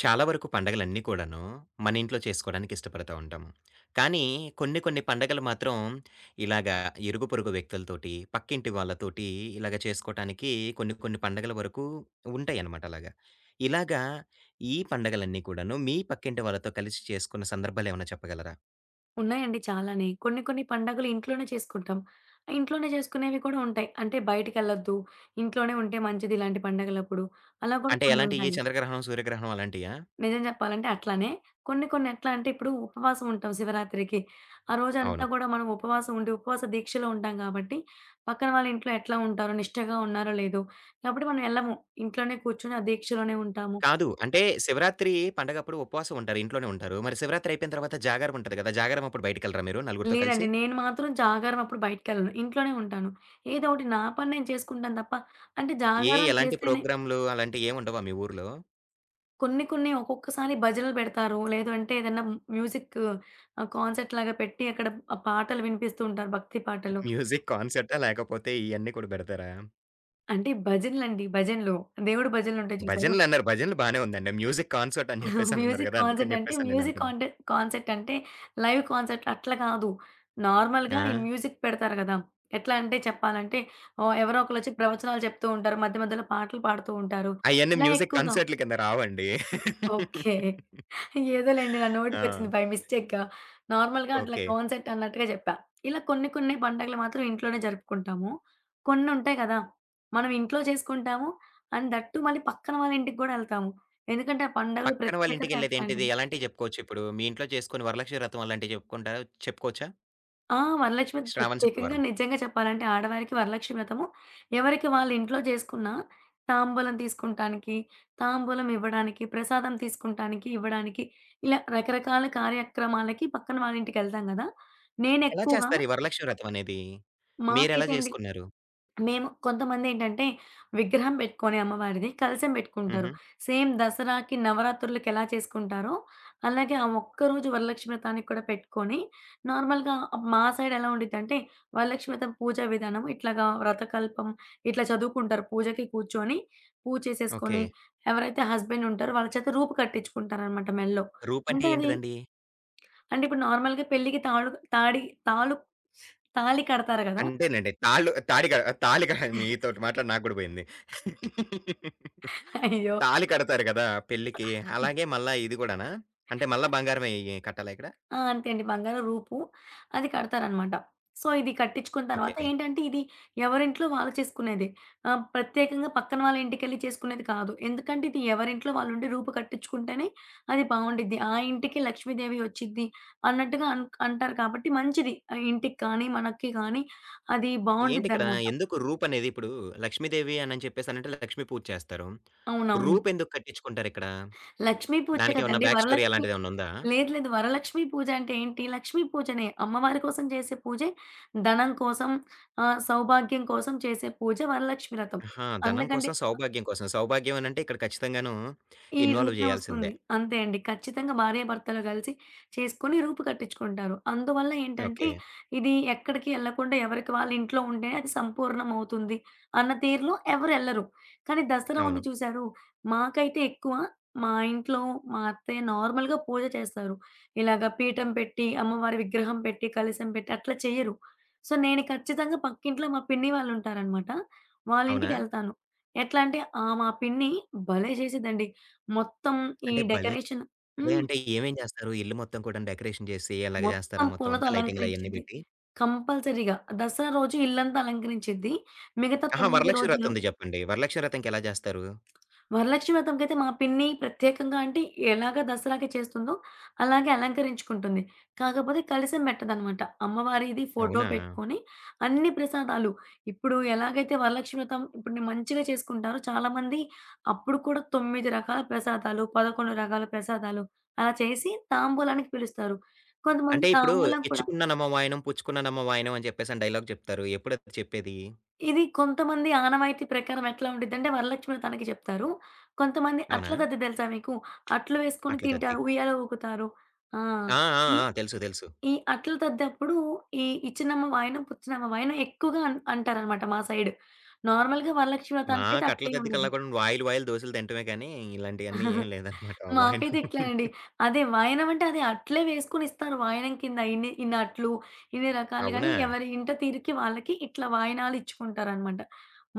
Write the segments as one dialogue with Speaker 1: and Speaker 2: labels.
Speaker 1: చాలా వరకు పండగలన్నీ కూడాను మన ఇంట్లో చేసుకోవడానికి ఇష్టపడతా ఉంటాము. కానీ కొన్ని కొన్ని పండగలు మాత్రం ఇలాగా ఇరుగు పొరుగు వ్యక్తులతోటి, పక్కింటి వాళ్ళతోటి ఇలాగ చేసుకోవటానికి కొన్ని కొన్ని పండగల వరకు ఉంటాయన్నమాట అలాగా. ఇలాగా ఈ పండగలన్నీ కూడాను మీ పక్కింటి వాళ్ళతో కలిసి చేసుకున్న సందర్భాలేమన్నా చెప్పగలరా?
Speaker 2: ఉన్నాయండి చాలానే. కొన్ని కొన్ని పండగలు ఇంట్లోనే చేసుకుంటాం. ఇంట్లోనే చేసుకునేవి కూడా ఉంటాయి. అంటే బయటికెళ్ళొద్దు, ఇంట్లోనే ఉంటే మంచిది ఇలాంటి పండగలప్పుడు. అలా కూడా
Speaker 1: అంటే ఎలాంటి ఈ
Speaker 2: కొన్నుంటాయి.
Speaker 1: చంద్రగ్రహణం, సూర్యగ్రహణం అలాంటియా?
Speaker 2: నిజం చెప్పాలంటే అట్లానే కొన్ని కొన్ని ఎట్లా అంటే ఇప్పుడు ఉపవాసం ఉంటాం శివరాత్రికి. ఆ రోజంతా
Speaker 1: అవును.
Speaker 2: కూడా మనం ఉపవాసం ఉండి ఉపవాస దీక్షలో ఉంటాం కాబట్టి పక్కన వాళ్ళ ఇంట్లో ఎట్లా ఉంటారో, నిష్టగా ఉన్నారో లేదో కాబట్టి మనం ఎళ్ళము. ఇంట్లోనే కూర్చొని ఆ దీక్షలోనే ఉంటాము.
Speaker 1: కాదు. అంటే శివరాత్రి పండగప్పుడు ఉపవాసం ఉంటారు. ఇంట్లోనే ఉంటారు. మరి శివరాత్రి అయిపోయిన తర్వాత జాగారం ఉంటది కదా! జాగారం అప్పుడు బయటికెళ్ళరా మీరు నలుగురితో
Speaker 2: లేదండి.
Speaker 1: కలిసి?
Speaker 2: నేను మాత్రం జాగారం అప్పుడు బయటికెళ్ళను. ఇంట్లోనే ఉంటాను. ఏదో ఒకటి నా పని నేను చేసుకుంటాను తప్ప, అంటే
Speaker 1: ఏ
Speaker 2: జాగారం
Speaker 1: ఎలాంటి
Speaker 2: చేస్తేనే
Speaker 1: ప్రోగ్రామ్‌లు అలాంటియేముండవా మీ ఊర్లో?
Speaker 2: కొన్ని కొన్ని ఒక్కొక్కసారి భజనలు పెడతారు. లేదు అంటే ఏదన్నా మ్యూజిక్, కాన్సర్ట్ లాగా పెట్టి అక్కడ ఆ పాటలు వినిపిస్తూ ఉంటారు. భక్తి పాటలు.
Speaker 1: మ్యూజిక్ కాన్సర్టా? లేకపోతే ఇయన్నీ కూడా పెడతారా?
Speaker 2: అంటే భజనలండి, భజనలు. దేవుడి భజనలుంటాయి చూసారు?
Speaker 1: భజనలన్నారు. భజనలు బానే ఉందండి. మ్యూజిక్ కాన్సర్ట్ అని జెప్పేసనన్నారు
Speaker 2: మ్యూజిక్
Speaker 1: గదా!
Speaker 2: కాన్సర్ట్
Speaker 1: అందుకని
Speaker 2: అంటే
Speaker 1: జెప్పేసని
Speaker 2: మ్యూజిక్
Speaker 1: నేనంటున్నా.
Speaker 2: కాన్సర్ట్ అంటే లైవ్ కాన్సర్ట్ అట్లా కాదు. నార్మల్‌గా ఈ
Speaker 1: ఆ!
Speaker 2: మ్యూజిక్ పెడతారు గదా! ఎట్లా అంటే చెప్పాలంటే ఎవరో ఒకళ్ళొచ్చి ప్రవచనాలు చెప్తూ ఉంటారు. మధ్య మధ్యలో పాటలు పాడుతూ ఉంటారు.
Speaker 1: అయన్నీ
Speaker 2: ఇలా
Speaker 1: మ్యూజిక్
Speaker 2: ఎక్కువగా
Speaker 1: కాన్సర్ట్‌ల కింద రావండి.
Speaker 2: ఓకే. ఏదోలెండి, నా
Speaker 1: ఆ!
Speaker 2: నోటికొచ్చింది బై మిస్టేక్‌గా. నార్మల్‌గా అట్లా
Speaker 1: ఓకే.
Speaker 2: కాన్సర్ట్ అన్నట్టుగా జెప్పా. ఇలా కొన్ని కొన్ని పండగలు మాత్రం ఇంట్లోనే జరుపుకుంటాము. కొన్నుంటాయి గదా! మనం ఇంట్లో చేసుకుంటాము. అండ్ దట్ టూ, మళ్ళీ పక్కన వాళ్ళ ఇంటికి గూడా ఎళ్తాము. ఎందుకంటే ఆ పండగలు
Speaker 1: పక్కన వాళ్ళ
Speaker 2: ప్రత్యేకత
Speaker 1: ఇంటికెళ్ళేదేంటిది?
Speaker 2: అలాంటిది.
Speaker 1: ఎలాంటియి జెప్పుకోవచ్చు ఇప్పుడు? మీ ఇంట్లో చేసుకొని వరలక్ష్మి వ్రతం అలాంటివి జెప్పుకుంటారా? చెప్పుకోవచ్చా?
Speaker 2: ఆ! వరలక్ష్మి
Speaker 1: శ్రావణ
Speaker 2: ప్రత్యేకంగా
Speaker 1: శుక్రవారం.
Speaker 2: నిజంగా చెప్పాలంటే ఆడవారికి వరలక్ష్మి వ్రతము ఎవరికి వాళ్ళ ఇంట్లో చేసుకున్న తాంబూలం తీసుకుంటానికి, తాంబూలం ఇవ్వడానికి, ప్రసాదం తీసుకుంటానికి, ఇవ్వడానికి ఇలా రకరకాల కార్యక్రమాలకి పక్కన వాళ్ళ ఇంటికెళ్తాం గదా!
Speaker 1: ఎలా
Speaker 2: నేనెక్కువగా
Speaker 1: చేస్తారు ఈ వరలక్ష్మి వ్రతం అనేది? మీరెలా
Speaker 2: మాకైతే అండి,
Speaker 1: జేసుకున్నారు?
Speaker 2: మేము కొంతమందేంటంటే, విగ్రహం పెట్టుకొని అమ్మవారిది, కలశం పెట్టుకుంటారు.
Speaker 1: హుహు.
Speaker 2: సేమ్ దసరాకి, నవరాత్రులకి ఎలా చేసుకుంటారో, అలాగే ఆ ఒక్కరోజు వరలక్ష్మి వ్రతానికి కూడా పెట్టుకొని, నార్మల్‌గా మా సైడ్ ఎలా ఉండిద్దంటే, వరలక్ష్మి వ్రతం పూజా విధానం ఇట్లాగా, వ్రతకల్పం ఇట్లా చదువుకుంటారు. పూజకి కూర్చొని, పూజ
Speaker 1: ఓకే.
Speaker 2: చేసేసుకొని, ఎవరైతే హస్బెండ్ ఉంటారో వాళ్ళ చేత రూపు కట్టించుకుంటారనమాట మెడలో.
Speaker 1: రూపంటే
Speaker 2: అంటే అది
Speaker 1: ఏంటిదండి?
Speaker 2: అంటే ఇప్పుడు నార్మల్‌గా పెళ్ళికి తాళు తాడి తాళు తాళి కడతారు గదా!
Speaker 1: అంతేనండి. తాళ్ళు తాడి క తాళి క మీతోటి మాట్లాడి నాకు గూడా పోయింది.
Speaker 2: అయ్యో!
Speaker 1: తాళి కడతారు గదా! పెళ్ళికి. అలాగే మళ్ళా ఇది గూడానా? అంటే మళ్ళా బంగారమే కట్టాలా ఇక్కడ?
Speaker 2: ఆ! అంతే అండి. బంగారం రూపు. అది కడతారనమాట. సో, ఇది కట్టించుకున్న తర్వాత
Speaker 1: ఓకే.
Speaker 2: ఏంటంటే, ఇది ఎవరింట్లో వాళ్ళు చేసుకునేదే. ప్రత్యేకంగా పక్కన వాళ్ళ ఇంటికెళ్ళి చేసుకునేది కాదు. ఎందుకంటే, ఇది ఎవరింట్లో వాళ్ళుండి రూపు కట్టించుకుంటేనే అది బావుండిద్ది. ఆ ఇంటికి లక్ష్మీదేవి వచ్చిద్ది అన్నట్టుగా అంటారు కాబట్టి మంచిది. ఆ ఇంటికి కానీ, మనకి కానీ అది
Speaker 1: ఏంటిక్కడ
Speaker 2: బావుండిద్దనమాట.
Speaker 1: ఎందుకు రూపనేది ఇప్పుడు లక్ష్మీదేవి అనని చెప్పేసనంటే లక్ష్మీ పూజ చేస్తారు.
Speaker 2: అవునవును.
Speaker 1: రూపెందుకు కట్టించుకుంటారిక్కడ?
Speaker 2: లక్ష్మీ పూజే
Speaker 1: దానికేమన్నా
Speaker 2: కదండీ!
Speaker 1: బ్యాక్ స్టోరీ
Speaker 2: వరలక్ష్మి
Speaker 1: అలాంటిదేమన్నుందా?
Speaker 2: లేదు, లేదు. వరలక్ష్మి పూజ అంటే ఏంటి? లక్ష్మీ పూజనే. అమ్మవారి కోసం చేసే పూజే. ధనం కోసం, సౌభాగ్యం కోసం చేసే పూజ వరలక్ష్మి వ్రతం.
Speaker 1: ఆహా! ధనం
Speaker 2: అందుకంటే
Speaker 1: కోసం, సౌభాగ్యం కోసం. సౌభాగ్యం అనంటే ఇక్కడ ఖచ్చితంగాను
Speaker 2: ఈ
Speaker 1: ఇన్వాల్వ్
Speaker 2: రూపే
Speaker 1: జేయాల్సిందే.
Speaker 2: వస్తుంది. అంతే అండి. ఖచ్చితంగా భార్యాభర్తలు కలిసి చేసుకొని రూపు కట్టించుకుంటారు. అందువల్ల ఏంటంటే,
Speaker 1: ఓకే.
Speaker 2: ఇది ఎక్కడికి ఎళ్ళకుండా ఎవరికి వాళ్ళు ఇంట్లో ఉంటేనే అది సంపూర్ణమవుతుంది అన్న తీరులో ఎవరెళ్ళరు. కానీ దసరా ఉంది
Speaker 1: అవును.
Speaker 2: చూశారు, మాకైతే ఎక్కువ మా ఇంట్లో మా అత్తయ్య నార్మల్‌గా పూజ చేస్తారు. ఇలాగ పీఠం పెట్టి, అమ్మవారి విగ్రహం పెట్టి, కలశం పెట్టి అట్లా చెయ్యరు. సో, నేను ఖచ్చితంగా పక్కింట్లో మా పిన్ని వాళ్ళుంటారనమాట.
Speaker 1: అవునా?
Speaker 2: వాళ్ళింటికెళ్తాను. ఎట్లా అంటే, మా పిన్ని భలే చేసిద్దండి. మొత్తం ఈ
Speaker 1: అంటే భలే
Speaker 2: డెకరేషన్
Speaker 1: అదే
Speaker 2: హ్మ్.
Speaker 1: అంటే ఏమేం చేస్తారు? ఇల్లు మొత్తం కూడాను డెకరేషన్ చేసి అలాగ
Speaker 2: మొత్తం
Speaker 1: జేస్తారా మొత్తం
Speaker 2: పూలతో
Speaker 1: అంతా లైటింగులయన్నీ
Speaker 2: అలంకరించిద్ది.
Speaker 1: బెట్టి?
Speaker 2: కంపల్సరీగా దసరా రోజు ఇల్లంతా అలంకరించిద్ది. మిగతా
Speaker 1: అహా!
Speaker 2: 9
Speaker 1: వరలక్ష్మి వ్రతం
Speaker 2: రోజులు
Speaker 1: ఉంది జెప్పండి. వరలక్ష్మి వ్రతంకెలా జేస్తారు?
Speaker 2: వరలక్ష్మి వ్రతంకైతే మా పిన్ని ప్రత్యేకంగా అంటే ఎలాగ దసరాకి చేస్తుందో అలాగే అలంకరించుకుంటుంది. కాకపోతే కలిసం పెట్టదనమాట. అమ్మవారిది ఫోటో
Speaker 1: అవునా?
Speaker 2: పెట్టుకొని అన్ని ప్రసాదాలు ఇప్పుడు ఎలాగైతే వరలక్ష్మి వ్రతం ఇప్పుడు నేను మంచిగా చేసుకుంటారో చాలామంది అప్పుడు కూడా 9 రకాల ప్రసాదాలు, 11 రకాల ప్రసాదాలు అలా చేసి తాంబూలానికి పిలుస్తారు. కొంతమంది
Speaker 1: అంటే ఇప్పుడు
Speaker 2: తాంబూలం కూడా
Speaker 1: 'ఇచ్చుకున్నానమ్మ వాయనం, పుచ్చుకున్నానమ్మ వాయనం' అని జెప్పేసని డైలాగ్ జెప్తారు. ఎప్పుడది చెప్పేది?
Speaker 2: ఇది కొంతమంది ఆనవాయితీ ప్రకారం ఎట్లా ఉండిద్దంటే, వరలక్ష్మిని తనకి చెప్తారు. కొంతమంది అట్ల
Speaker 1: అవునా?
Speaker 2: దద్ది తెలుసా మీకు? అట్లు వేసుకొని
Speaker 1: అట్ల తద్ది.
Speaker 2: తింటారు. ఉయ్యాల ఊగుతారు. ఆ!
Speaker 1: ఆ! ఆ!
Speaker 2: ఈ
Speaker 1: ఆ! తెలుసు. తెలుసు.
Speaker 2: ఈ అట్ల దద్దప్పుడు ఈ ఇచ్చినమ్మ వాయనం, పుచ్చినమ్మ వాయనం ఎక్కువగా అంటారనమాట మా సైడ్. నార్మల్‌గా వరలక్ష్మి వ్రతానికైతే
Speaker 1: మాకు అట్ల
Speaker 2: అట్లేం
Speaker 1: తద్ది
Speaker 2: ఉండదు.
Speaker 1: కల్లా కూడాను వాయిలు, వాయిలు దోసెలు తినటమే కానీ, ఇలాంటియన్నీ ఏం లేదనమాట. వాయనం
Speaker 2: మాకైతే ఇట్లా అండి. అదే వాయనం అంటే అది అట్లే వేసుకొని ఇస్తారు. వాయనం కింద ఇన్ని ఇన్ని అట్లు, ఇన్ని రకాలు గాని
Speaker 1: అవునా?
Speaker 2: ఎవరి ఇంట తీరుకి వాళ్ళకి ఇట్లా వాయనాలు ఇచ్చుకుంటారనమాట.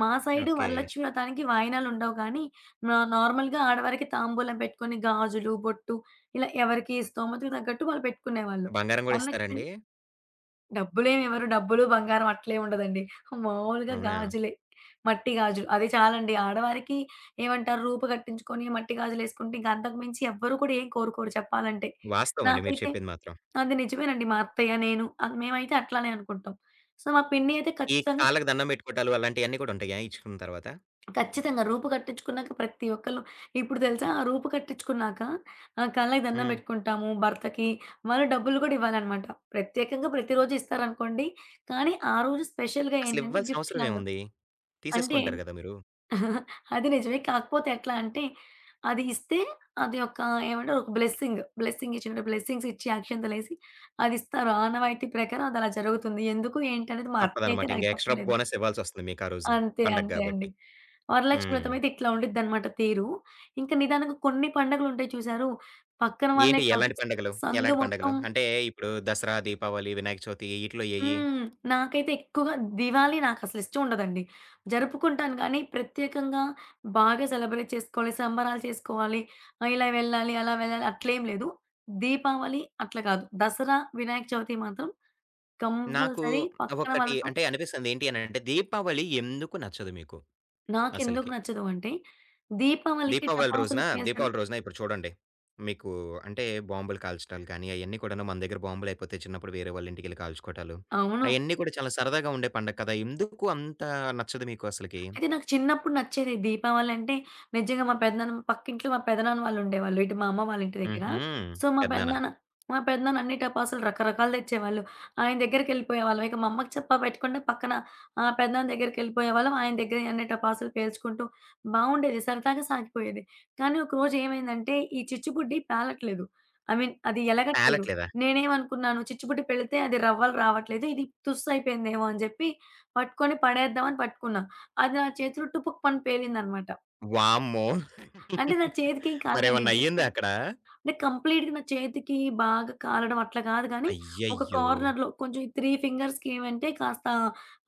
Speaker 2: మా సైడు
Speaker 1: ఓకే.
Speaker 2: వరలక్ష్మి వ్రతానికి వాయనాలుండవు కానీ నార్మల్‌గా ఆడవారికి తాంబూలం పెట్టుకొని గాజులు, బొట్టు ఇలా ఎవరికి స్తోమతకు తగ్గట్టు వాళ్ళు పెట్టుకునేవాళ్ళు.
Speaker 1: బంగారం గూడా
Speaker 2: వరలక్ష్మి
Speaker 1: ఇస్తారండి?
Speaker 2: డబ్బులేమి ఇవ్వరు. డబ్బులు, బంగారం అట్లేం ఉండదండి. మామూలుగా
Speaker 1: అవునా?
Speaker 2: గాజులే. మట్టి గాజులు. అది చాలండి. ఆడవారికి ఏమంటారు, రూపు కట్టించుకొని మట్టి గాజులేసుకుంటే ఇంక అంతకు మించి ఎవ్వరు కూడా ఏం కోరుకోరు చెప్పాలంటే.
Speaker 1: వాస్తవం అండి మీరు
Speaker 2: నాకైతే
Speaker 1: చెప్పింది మాత్రం.
Speaker 2: అది నిజమేనండి. మా అత్తయ్య, నేను, మేమైతే అట్లానే అనుకుంటాం. సో, మా పిన్ని అయితే
Speaker 1: ఈ
Speaker 2: ఖచ్చితంగా
Speaker 1: కాళ్ళకి దండం పెట్టుకోవటాలు అలాంటియన్నీ కూడా ఉంటాయా ఇచ్చుకున్న తర్వాత?
Speaker 2: ఖచ్చితంగా. రూపు కట్టించుకున్నాక ప్రతి ఒక్కళ్ళు ఇప్పుడు తెలుసా ఆ రూపు కట్టించుకున్నాక, కళ్ళకి దండం
Speaker 1: హ్మ్.
Speaker 2: పెట్టుకుంటాము. భర్తకి వాళ్ళు డబ్బులు కూడా ఇవ్వాలనమాట. ప్రత్యేకంగా ప్రతిరోజు ఇస్తారనుకోండి. కానీ ఆ రోజు స్పెషల్‌గా
Speaker 1: అసలు
Speaker 2: ఏంటంటే
Speaker 1: ఇవ్వాల్సిన
Speaker 2: గిఫ్ట్
Speaker 1: అవసరం
Speaker 2: లాగా.
Speaker 1: ఏముంది?
Speaker 2: అంటే
Speaker 1: తీసేసుకుంటారు గదా మీరు.
Speaker 2: అది నిజమే. కాకపోతే ఎట్లా అంటే అది ఇస్తే అది ఒక ఏమంటారు, ఒక బ్లెస్సింగ్. బ్లెస్సింగ్ ఇచ్చినట్టు బ్లెస్సింగ్స్ ఇచ్చి అక్షింతలేసి అదిస్తారు. ఆనవాయితీ ప్రకారం అది అలా జరుగుతుంది. ఎందుకు ఏంటనేది మా అత్తయ్య
Speaker 1: తప్పదనమాట.
Speaker 2: అయితే
Speaker 1: ఇంక
Speaker 2: నాకు
Speaker 1: ఎక్స్‌ట్రా
Speaker 2: చెప్పలేదు.
Speaker 1: బోనస్ ఇవ్వాల్సొస్తుంది మీకు ఆ రోజున.
Speaker 2: అంతే,
Speaker 1: పండగ
Speaker 2: అంతే అండి.
Speaker 1: గాబట్టి.
Speaker 2: వరలక్ష్మి
Speaker 1: హ్మ్.
Speaker 2: వ్రతమైతే ఇట్లా ఉండిద్దనమాట తీరు. ఇంకా నిదానంగా కొన్ని పండుగలుంటాయి చూసారు, పక్కన వాళ్ళే
Speaker 1: ఏంటి
Speaker 2: కాదు
Speaker 1: ఎలాంటి పండగలు?
Speaker 2: సందు
Speaker 1: ఎలాంటి పండగలు?
Speaker 2: మొత్తం
Speaker 1: అంటే ఇప్పుడు దసరా, దీపావళి, వినాయక చవితి ఈటిలో ఏయి?
Speaker 2: హ్మ్. నాకైతే ఎక్కువగా దివాళీ నాకసలు ఇష్టం ఉండదండి. జరుపుకుంటాను కానీ, ప్రత్యేకంగా బాగా సెలబ్రేట్ చేసుకోవాలి, సంబరాలు చేసుకోవాలి, ఇలా వెళ్ళాలి, అలా వెళ్ళాలి అట్లేం లేదు. దీపావళి అట్లా కాదు. దసరా, వినాయక చవితి మాత్రం
Speaker 1: నాకు
Speaker 2: కంపల్సరీ పక్కన
Speaker 1: ఒకటి
Speaker 2: వాళ్ళతో
Speaker 1: అంటే అనిపిస్తుంది ఏంటి అనంటే దీపావళి ఎందుకు నచ్చదు మీకు
Speaker 2: నాకెందుకు
Speaker 1: అసలకి?
Speaker 2: నచ్చదు అంటే, దీపావళికి
Speaker 1: దీపావళి రోజున
Speaker 2: టపాసులు పేల్చడం
Speaker 1: దీపావళి రోజున ఇప్పుడు చూడండి. మీకు అంటే బాంబులు కాల్చడాలు కానీ, అయన్నీ కూడాను మన దగ్గర బాంబులయిపోతే చిన్నప్పుడు వేరే వాళ్ళ ఇంటికెళ్ళి కాల్చుకోవటాలు.
Speaker 2: అవును.
Speaker 1: అయన్నీ కూడా చాలా సరదాగా ఉండే పండగ కదా! ఎందుకు అంత నచ్చదు మీకు అసలకి?
Speaker 2: అయితే నాకు చిన్నప్పుడు నచ్చేది దీపావళి అంటే, నిజంగా మా పెదనాన్న పక్కింట్లో మా పెదనాన్న వాళ్ళుండేవాళ్ళు. ఇటు మా అమ్మ వాళ్ళ ఇంటి దగ్గర.
Speaker 1: హుహు.
Speaker 2: సో,
Speaker 1: పెద్దనాన్న.
Speaker 2: మా పెదనాన్న అన్ని టపాసులు రకరకాలు తెచ్చేవాళ్ళు. ఆయన దగ్గరికెళ్ళిపోయేవాళ్ళం. ఇక మా అమ్మకి చెప్పా పెట్టకుండా పక్కన, పెదనాన్న దగ్గరికెళ్ళిపోయేవాళ్ళం. ఆయన దగ్గర అన్ని టపాసులు పేల్చుకుంటూ బావుండేది. సరదాగా సాగిపోయేది. కానీ ఒకరోజు ఏమైందంటే, ఈ చిచ్చుబుడ్డి పేలట్లేదు. ఐ మీన్ అది ఎలగట్లేదు.
Speaker 1: పేలట్లేదా?
Speaker 2: నేనేమనుకున్నాను, చిచ్చుబుడ్డి పెళితే అది రవ్వలు రావట్లేదు. ఇది తుస్సయిపోయిందేమో అని జెప్పి పట్టుకొని పడేద్దామని పట్టుకున్నా. అది నా చేతిలో టుపుక్కుమని పేలిందనమాట.
Speaker 1: వామ్మో!
Speaker 2: అంటే నా చేతికేం కాలేదండి.
Speaker 1: మరేమన్నా
Speaker 2: జస్ట్
Speaker 1: అయ్యిందా అక్కడ?
Speaker 2: అంటే కంప్లీట్‌గా నా చేతికి బాగా కాలడం అట్లా కాదు గానీ, ఒక
Speaker 1: అయ్యయ్యో!
Speaker 2: కార్నర్‌లో కొంచెం 3 ఫింగర్స్‌కి ఏమంటే కాస్త,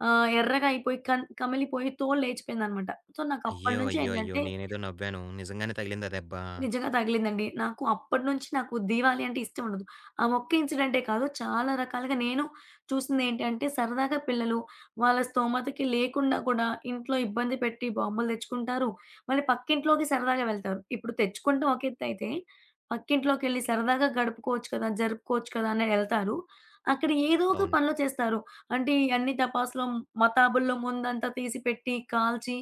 Speaker 2: ఎర్రగా అయిపోయి కమిలిపోయి తోలు లేచిపోయిందనమాట. సో, నాకప్పటి
Speaker 1: అయ్యో!
Speaker 2: నుంచి
Speaker 1: అయ్యో! అయ్యో!
Speaker 2: ఏంటంటే
Speaker 1: నేనేదో నవ్వాను. నిజంగానే తగిలిందా దెబ్బ?
Speaker 2: నిజంగా తగిలిందండి. నాకు అప్పటినుంచి నాకు దీవాళి అంటే ఇష్టం ఉండదు. ఆ ఒక్క ఇన్సిడెంటే కాదు, చాలా రకాలుగా నేను చూసిందేంటంటే, సరదాగా పిల్లలు వాళ్ళ స్తోమతకి లేకుండా కూడా ఇంట్లో ఇబ్బంది పెట్టి బొమ్మలు తెచ్చుకుంటారు. మళ్ళీ పక్కింట్లోకి సరదాగా వెళ్తారు. ఇప్పుడు తెచ్చుకుంటాం ఒక ఎత్తయితే, పక్కింట్లోకెళ్ళి సరదాగా గడుపుకోవచ్చు కదా! జరుపుకోవచ్చు కదా! అని ఎళ్తారు. అక్కడ ఏదో ఒక
Speaker 1: అవును.
Speaker 2: పనులు చేస్తారు. అంటే ఈ అన్ని టపాసులో మతాబుల్లో ముందంతా తీసి పెట్టి, కాల్చి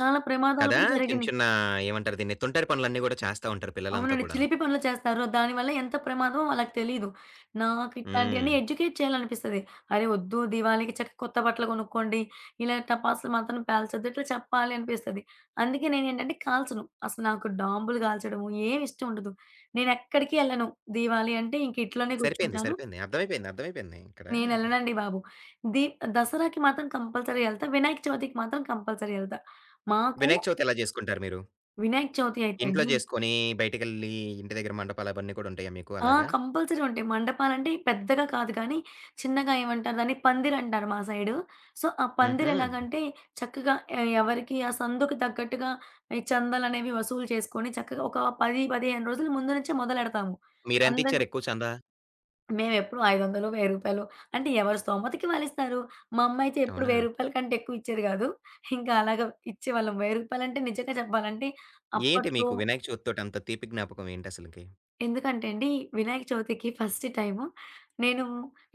Speaker 2: చాలా ప్రమాదాలు
Speaker 1: కదా!
Speaker 2: కూడా
Speaker 1: చిన్న
Speaker 2: జరిగినియి.
Speaker 1: చిన్న ఏమంటారు దీన్ని? తుంటారి పనులన్నీ గూడా చేస్తా ఉంటారు పిల్లలంతా
Speaker 2: అవునండి.
Speaker 1: కూడాను.
Speaker 2: చిలిపి పనులు చేస్తారు. దానివల్ల ఎంత ప్రమాదమో వాళ్ళకి తెలీదు. నాకు
Speaker 1: హ్మ్.
Speaker 2: ఇట్లాంటియన్నీ ఎడ్యుకేట్ చేయాలనిపిస్తది. అరే! వద్దు దివాళీకి చక్క కొత్త బట్టలు కొనుక్కోండి. ఇలా టపాసులు మాత్రం పేల్చొద్దు. ఇట్లా చెప్పాలి అనిపిస్తది. అందుకే నేనేంటంటే కాల్చను. అసలు నాకు డాంబులు కాల్చడము ఏమి ఇష్టం ఉండదు. నేనెక్కడికి ఎళ్ళను. దీవాళి అంటే ఇంక ఇంట్లోనే
Speaker 1: సరిపోయింది.
Speaker 2: కూర్చుంటాను.
Speaker 1: సరిపోయింది. అర్థమైపోయింది. అర్థమైపోయింది ఇక్కడ.
Speaker 2: నేనెళ్ళనండి బాబు. దీ దసరాకి మాత్రం కంపల్సరీ ఎళ్తా. వినాయక చవితికి మాత్రం కంపల్సరీ ఎళ్తా. మాకు
Speaker 1: వినాయక చవితి ఎలా చేసుకుంటారు మీరు?
Speaker 2: వినాయక చవితి అయితే
Speaker 1: ఇంట్లో
Speaker 2: అండి,
Speaker 1: చేసుకొని బయటికెళ్ళి ఇంటి దగ్గర మండపాలవన్నీ కూడా ఉంటాయా మీకు
Speaker 2: ఆ!
Speaker 1: అలాగా?
Speaker 2: కంపల్సరీ ఉంటాయి. మండపాలంటే పెద్దగా కాదు కానీ, చిన్నగా ఏమంటారు దాన్ని, పందిరంటారు మా సైడు. సో, ఆ
Speaker 1: హుహు.
Speaker 2: పందిరెలాగంటే చక్కగా ఎవరికి ఆ సందుకు తగ్గట్టుగా ఈ చందాలనేవి వసూలు చేసుకొని చక్కగా ఒక 10, 15 రోజుల ముందు నుంచే మొదలెడతాము. అందరూ
Speaker 1: మీరెంతిచ్చారు ఎక్కువ చందా?
Speaker 2: మేమెప్పుడు రూ. 500, రూ. 1000 అంటే ఎవరి స్తోమతకి వాళ్ళిస్తారు. మా అమ్మయితే ఎప్పుడు రూ.
Speaker 1: అవునా?
Speaker 2: 1000 కంటే ఎక్కువ ఇచ్చేది కాదు. ఇంకా అలాగా ఇచ్చేవాళ్ళం. రూ. 1000 అంటే నిజంగా చెప్పాలంటే
Speaker 1: ఏంటి
Speaker 2: అప్పట్లో
Speaker 1: మీకు వినాయక చవితితోటి అంత తీపి జ్ఞాపకం ఏంటసలకి?
Speaker 2: ఎందుకంటే అండి, వినాయక చవితికి ఫస్ట్ టైము నేను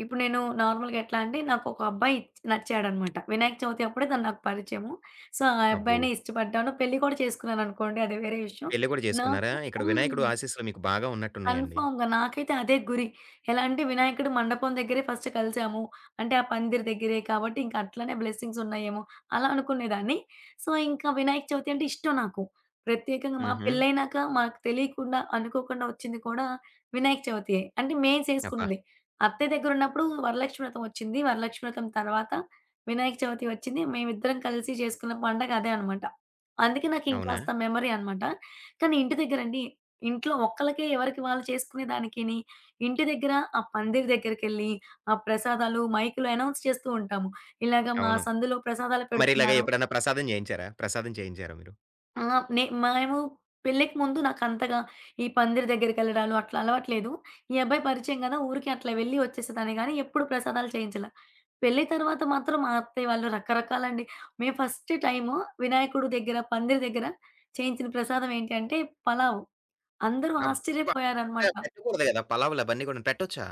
Speaker 2: ఇప్పుడు నేను నార్మల్‌గా ఎట్లా అంటే నాకొక అబ్బాయి నచ్చాడనమాట. వినాయక చవితి అప్పుడే తను నాకు పరిచయము. సో, ఆ
Speaker 1: అబ్బో!
Speaker 2: అబ్బాయినే ఇష్టపడ్డాను. పెళ్లి కూడా చేసుకున్నాననుకోండి, అది వేరే విషయం.
Speaker 1: పెళ్లి కూడా చేసుకున్నారా?
Speaker 2: నాకు
Speaker 1: ఇక్కడ
Speaker 2: హ్మ్.
Speaker 1: వినాయకుడు ఆశీస్సులు మీకు బాగా ఉన్నట్టున్నాయండి.
Speaker 2: కన్ఫర్మ్‌గా. నాకైతే అదే గురి. ఎలా అంటే వినాయకుడి మండపం దగ్గరే ఫస్ట్ కలిసాము. అంటే ఆ పందిరి దగ్గరే కాబట్టి ఇంక అట్లనే బ్లెస్సింగ్స్ ఉన్నాయేమో అలా అనుకునేదాన్ని. సో, ఇంకా వినాయక చవితి అంటే ఇష్టం నాకు. ప్రత్యేకంగా మా
Speaker 1: హుహు.
Speaker 2: పెళ్లయినాక మాకు తెలియకుండా అనుకోకుండా వచ్చింది కూడా వినాయక చవితియే. అంటే మేం
Speaker 1: అబ్బా!
Speaker 2: చేసుకున్నది. అత్తయ్య దగ్గరున్నప్పుడు వరలక్ష్మి వ్రతం వచ్చింది. వరలక్ష్మి వ్రతం తర్వాత వినాయక చవితి వచ్చింది. మేమిద్దరం కలిసి చేసుకున్న పండగ అదే అనమాట. అందుకే నాకు
Speaker 1: అవునా?
Speaker 2: ఇంకాస్త మెమరీ అనమాట. కానీ ఇంటి దగ్గరండి, ఇంట్లో ఒక్కళ్ళకే ఎవరికి వాళ్ళు చేసుకునే దానికిని, ఇంటి దగ్గర ఆ పందిరి దగ్గరికెళ్ళి, ఆ ప్రసాదాలు మైక్‌లో అనౌన్స్ చేస్తూ ఉంటాము. ఇలాగ మా
Speaker 1: అవును.
Speaker 2: సందులో ప్రసాదాలు
Speaker 1: మరి ఇలాగ
Speaker 2: పెడుతున్నారు.
Speaker 1: ఎప్పుడన్నా ప్రసాదం చేయించారా? ప్రసాదం చేయించారా మీరు?
Speaker 2: ఆ! మేము పెళ్ళికి ముందు నాకంతగా ఈ పందిరి దగ్గరికెళ్ళడాలు అట్లా అలవాట్లేదు. ఈ అబ్బాయి పరిచయం గదా! ఊరికే అట్లా వెళ్ళి వచ్చేసేదాన్ని గానీ, ఎప్పుడు ప్రసాదాలు చేయించలా. పెళ్లి తర్వాత మాత్రం మా అత్తయ్య వాళ్ళు రకరకాలండి. మేము ఫస్ట్ టైము వినాయకుడు దగ్గర, పందిరి దగ్గర చేయించిన ప్రసాదం ఏంటి అంటే పలావు. అందరూ
Speaker 1: అబ్బా!
Speaker 2: ఆశ్చర్యపోయారనమాట.
Speaker 1: పెట్టకూడదు కదా! పలావులవన్నీ కూడా పెట్టొచ్చా?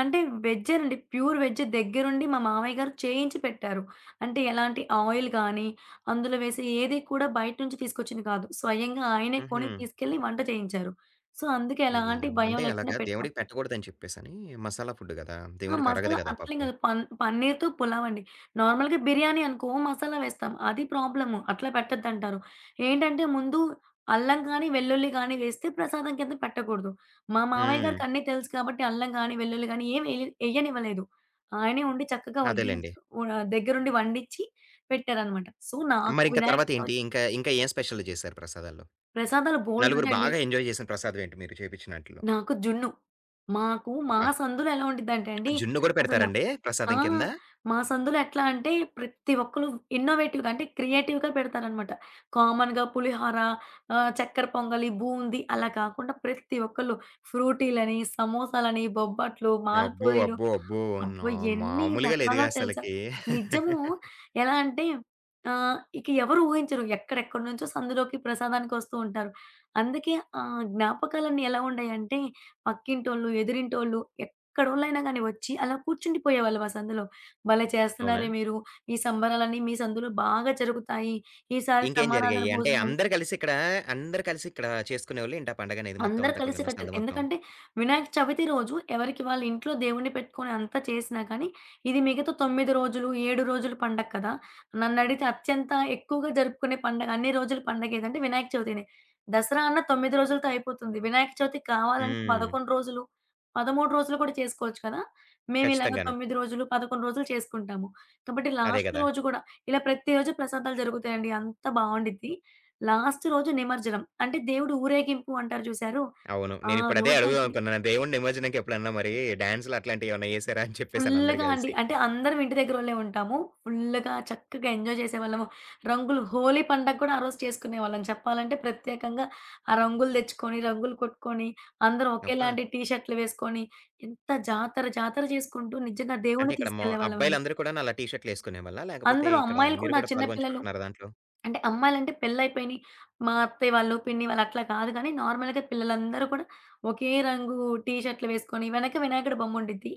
Speaker 2: అంటే వెజ్జేనండి. ప్యూర్ వెజ్ దగ్గరుండి మా మామయ్య గారు చేయించి పెట్టారు. అంటే ఎలాంటి ఆయిల్ గానీ, అందులో వేసే ఏది కూడా బయట నుంచి తీసుకొచ్చింది కాదు. స్వయంగా ఆయనే
Speaker 1: హుహు.
Speaker 2: కొని తీసుకెళ్ళి వంట చేయించారు. సో, అందుకే ఎలాంటి
Speaker 1: అయ్యయ్యో!
Speaker 2: భయం
Speaker 1: అంటే
Speaker 2: లేకుండా
Speaker 1: ఎలాగా? దేవుడికి పెట్టకూడదని చెప్పేసని మసాలా ఫుడ్ గదా!
Speaker 2: ఆ!
Speaker 1: దేవుడికి అరగదు
Speaker 2: మసాలా
Speaker 1: గదా
Speaker 2: అట్లేం
Speaker 1: పాపం.
Speaker 2: కాదు. పన్నీర్‌తో పులావండి. నార్మల్‌గా బిర్యానీ అనుకో మసాలా వేస్తాం. అది ప్రాబ్లము. అట్లా పెట్టొద్దంటారు. ఏంటంటే ముందు అల్లం గాని, వెల్లుల్లి గాని వేస్తే ప్రసాదం కింద పెట్టకూడదు. మా మామయ్య
Speaker 1: హ్మ్.
Speaker 2: గారికి అన్నీ తెలుసు కాబట్టి అల్లం గాని, వెల్లుల్లి గాని ఏమి ఎయ్యనివ్వలేదు. ఆయనే ఉండి చక్కగా వడ్డించి
Speaker 1: అదేలెండి.
Speaker 2: వ దగ్గరుండి వండించి పెట్టారనమాట. సో, నాకు
Speaker 1: మరింక
Speaker 2: వినాయక
Speaker 1: తర్వాతేంటి?
Speaker 2: చవితి
Speaker 1: ఇంకా ఇంకా ఏం స్పెషల్‌లు చేశారు ప్రసాదాల్లో?
Speaker 2: ప్రసాదాలు
Speaker 1: నలుగురు
Speaker 2: బోలెడుంటాయండి.
Speaker 1: బాగా ఎంజాయ్ చేసిన ప్రసాదం ఏంటి మీరు చేపించినాటిల్లో?
Speaker 2: నాకు జున్ను. మాకు మా
Speaker 1: అబ్బా!
Speaker 2: సందులో ఎలా ఉండిద్దంటే అండి
Speaker 1: జున్ను గూడా
Speaker 2: అసల
Speaker 1: పెడతారండి
Speaker 2: ఆ!
Speaker 1: ప్రసాదం కింద?
Speaker 2: మా సందులో ఎట్లా అంటే ప్రతి ఒక్కళ్ళు ఇన్నోవేటివ్‌గా అంటే క్రియేటివ్‌గా పెడతారనమాట. కామన్‌గా పులిహోర, చక్కెర పొంగలి, బూందీ అలా కాకుండా ప్రతి ఒక్కళ్ళు ఫ్రూటీలని, సమోసాలని, బొబ్బట్లు,
Speaker 1: అబ్బో!
Speaker 2: మాల్పూరీలు
Speaker 1: అబ్బో! అబ్బో! నా
Speaker 2: అబ్బో! ఎన్ని
Speaker 1: మామూలుగా
Speaker 2: రకాలో
Speaker 1: లేదుగా
Speaker 2: తెలుసా!
Speaker 1: అసలకి.
Speaker 2: నిజము. ఎలా అంటే, ఇక ఎవరు ఊహించరు. ఎక్కడెక్కడి నుంచో సందులోకి ప్రసాదానికి వస్తూ ఉంటారు. అందుకే ఆ జ్ఞాపకాలన్నీ ఎలా ఉండేయంటే పక్కింటోళ్ళు, ఎదురింటోళ్ళు ఎక్కడోళ్ళైనా గాని వచ్చి అలా కూర్చుండిపోయేవాళ్ళు మా సందులో. భలే
Speaker 1: అవునా?
Speaker 2: చేస్తున్నారే మీరు! ఈ సంబరాలన్నీ మీ సందులో బాగా జరుగుతాయి. ఈసారి
Speaker 1: ఇంకేం
Speaker 2: సమారాధన
Speaker 1: జరిగాయి? అంటే
Speaker 2: భోజనాలు
Speaker 1: అందరూ కలిసి ఇక్కడ అందరూ కలిసి ఇక్కడ చేసుకునేవాళ్ళేంటి ఆ పండగనేది మొత్తం
Speaker 2: అందరూ
Speaker 1: అంతా
Speaker 2: కలిసి
Speaker 1: కూడాను
Speaker 2: కట్టారు.
Speaker 1: సందు మొత్తం?
Speaker 2: ఎందుకంటే వినాయక చవితి రోజు ఎవరికి వాళ్ళ ఇంట్లో దేవుడిని పెట్టుకొని అంతా చేసినా కానీ, ఇది మిగతా 9 రోజులు, 7 రోజుల పండగ కదా! నన్నడిగితే అత్యంత ఎక్కువగా జరుపుకునే పండగ, అన్ని రోజుల పండగ ఏదంటే వినాయక చవితినే. దసరా అన్న 9 రోజులతో అయిపోతుంది. వినాయక చవితికి కావాలంటే
Speaker 1: హ్మ్.
Speaker 2: 11 రోజులు, 13 రోజులు కూడా చేసుకోవచ్చు కదా! మేమిలాగ
Speaker 1: ఖచ్చితంగాను.
Speaker 2: 9 రోజులు, 11 రోజులు చేసుకుంటాము. కాబట్టి
Speaker 1: అదే
Speaker 2: లాస్ట్
Speaker 1: గదా!
Speaker 2: రోజు కూడా ఇలా ప్రతిరోజు ప్రసాదాలు జరుగుతాయండి. అంత బావుండిద్ది. లాస్ట్ రోజు నిమజ్జనం. అంటే దేవుడు ఊరేగింపు అంటారు చూసారు?
Speaker 1: అవును.
Speaker 2: ఆ
Speaker 1: నేనిప్పుడు అదే అడుగుదాం
Speaker 2: రోజైతే
Speaker 1: అనుకున్నాను. దేవుడి నిమజ్జనంకి ఎప్పుడన్నా మరి డాన్స్‌లు అట్లాంటియేమన్నా ఏసారా అని చెప్పేసని అందరూ
Speaker 2: ఫుల్లుగా అండి.
Speaker 1: కలిసి.
Speaker 2: అంటే అందరం ఇంటి దగ్గరోళ్ళే ఉంటాము. ఫుల్లుగా చక్కగా ఎంజాయ్ చేసేవాళ్ళము. రంగులు హోలీ పండగ కూడా ఆ రోజు చేసుకునేవాళ్ళం. చెప్పాలంటే ప్రత్యేకంగా ఆ రంగులు తెచ్చుకొని, రంగులు కొట్టుకొని, అందరం
Speaker 1: అబ్బా!
Speaker 2: ఒకేలాంటి టీ షర్టులు వేసుకొని, ఎంత జాతర, జాతర చేసుకుంటూ నిజంగా
Speaker 1: అంటే
Speaker 2: దేవుడిని
Speaker 1: ఇక్కడ
Speaker 2: తీసుకెళ్ళేవాళ్ళమండి.
Speaker 1: అబ్బాయిలందరూ కూడాను అలా టీ షర్ట్‌లేసుకునేవాళ్ళా? లేకపోతే
Speaker 2: అందరూ
Speaker 1: ఇక్కడ
Speaker 2: అమ్మాయిలు
Speaker 1: మీరు
Speaker 2: కూడా,
Speaker 1: కూడా
Speaker 2: చిన్న పిల్లలు,
Speaker 1: పాలుపంచుకున్నారా దాంట్లో?
Speaker 2: అంటే అమ్మాయిలంటే పెళ్లయిపోయినియి, మా అత్తయ్య వాళ్ళు, పిన్ని వాళ్ళు అట్లా కాదు గానీ, నార్మల్‌గా పిల్లలందరూ కూడా ఒకే రంగు టీ షర్టులు వేసుకొని, వెనక వినాయకుడి బొమ్ముండిద్ది.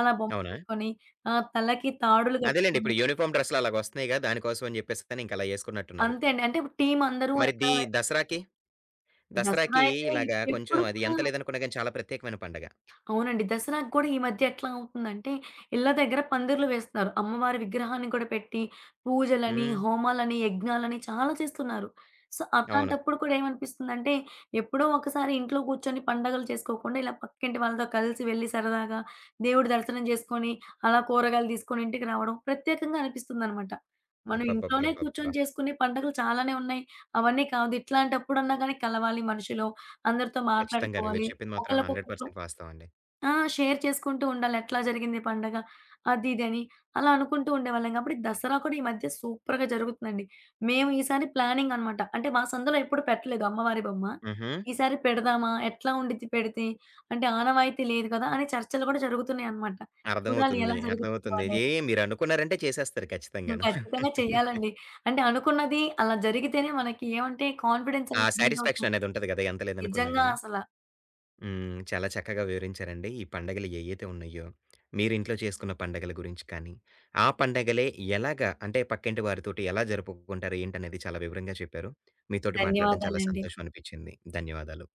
Speaker 2: అలా బొమ్మ
Speaker 1: అవునా?
Speaker 2: వేసుకొని, తలకి తాడులు
Speaker 1: అదేలెండి.
Speaker 2: కట్టుకొని
Speaker 1: ఇప్పుడు యూనిఫార్మ్ డ్రెస్‌లు అలాగొస్తున్నాయిగా దానికోసం అని చెప్పేసని ఇంక అలా యేసుకున్నట్టున్నారు.
Speaker 2: అంతే అండి. అంటే టీమందరూ
Speaker 1: మరి
Speaker 2: ఎక్కడ
Speaker 1: దసరాకి?
Speaker 2: దసరా
Speaker 1: దసరాకి
Speaker 2: అయితే
Speaker 1: ఇలాగా కొంచెం
Speaker 2: ఎప్పుడు
Speaker 1: అది
Speaker 2: కూడా
Speaker 1: ఎంత లేదనుకున్నా గాని చాలా ప్రత్యేకమైన పండగ.
Speaker 2: అవునండి. దసరాకి గూడా ఈ మధ్య ఎట్లా అవుతుందంటే, ఇళ్ళ దగ్గర పందిర్లు వేస్తున్నారు. అమ్మవారి విగ్రహాన్ని కూడా పెట్టి, పూజలని,
Speaker 1: హ్మ్.
Speaker 2: హోమాలని, యజ్ఞాలని చాలా చేస్తున్నారు. సో,
Speaker 1: అవును.
Speaker 2: అట్లాంటప్పుడు కూడా ఏమనిపిస్తుందంటే, ఎప్పుడో ఒకసారి ఇంట్లో కూర్చొని పండగలు చేసుకోకుండా, ఇలా పక్కింటి వాళ్ళతో కలిసి వెళ్లి సరదాగా దేవుడి దర్శనం చేసుకొని, అలా కూరగాయలు తీసుకొని ఇంటికి రావడం ప్రత్యేకంగా అనిపిస్తుందనమాట. మనం ఇంట్లోనే కూర్చొని
Speaker 1: అబ్బబ్బబ్బబ్బబ్బా!
Speaker 2: చేసుకునే పండుగలు చాలానే ఉన్నాయి. అవన్నీ కాదు, ఇట్లాంటప్పుడన్నా గాని కలవాలి మనుషులు. అందరితో
Speaker 1: ఖచ్చితంగాను.
Speaker 2: మాట్లాడుకోవాలి.
Speaker 1: మీరు చెప్పింది మాత్రం
Speaker 2: ఒకళ్ళకొకట్లు
Speaker 1: 100% వాస్తవం అండి.
Speaker 2: ఆ! షేర్ చేసుకుంటూ ఉండాలి. ఎట్లా జరిగింది పండగ, అది ఇది అని. అలా అనుకుంటూ ఉండేవాళ్ళం కాబట్టి దసరా కూడా ఈ మధ్య సూపర్‌గా జరుగుతుందండి. మేము ఈసారి ప్లానింగ్ అనమాట. అంటే మా సందులో ఎప్పుడు పెట్టలేదు అమ్మవారి బొమ్మ.
Speaker 1: హుహు.
Speaker 2: ఈసారి పెడదామా? ఎట్లా ఉండిద్ది పెడితే? అంటే ఆనవాయితీ లేదు కదా! అని చర్చలు కూడా జరుగుతున్నాయన్నమాట. చూడాలి ఎలా
Speaker 1: అర్థమవుతుంది.
Speaker 2: జరుగుతుందో
Speaker 1: అర్థమవుతుంది. ఏ
Speaker 2: అనేది.
Speaker 1: మీరనుకున్నారంటే చేసేస్తారు
Speaker 2: హ్మ్.
Speaker 1: ఖచ్చితంగాను.
Speaker 2: ఖచ్చితంగా చేయాలండి. అంటే అనుకున్నది అలా జరిగితేనే మనకి ఏమంటే కాన్ఫిడెన్స్
Speaker 1: ఆ
Speaker 2: అనేది బిల్డ్
Speaker 1: సాటిస్ఫాక్షన్
Speaker 2: అవుతుంది.
Speaker 1: అనేదుంటది గదా! ఎంత లేదనుకున్నా
Speaker 2: నిజంగా
Speaker 1: గాని.
Speaker 2: అసల.
Speaker 1: హ్మ్. చాలా చక్కగా వివరించారండి. ఈ పండగలు ఏయైతే ఉన్నాయో, మీరింట్లో చేసుకున్న పండగల గురించి కానీ, ఆ పండగలే ఎలాగా అంటే పక్కింటి వారితోటి ఎలా జరుపుకుంటారు ఏంటనేది చాలా వివరంగా చెప్పారు. మీతోటి మాట్లాడడం చాలా
Speaker 2: ధన్యవాదాలండి.
Speaker 1: సంతోషం అనిపిచ్చింది. ధన్యవాదాలు.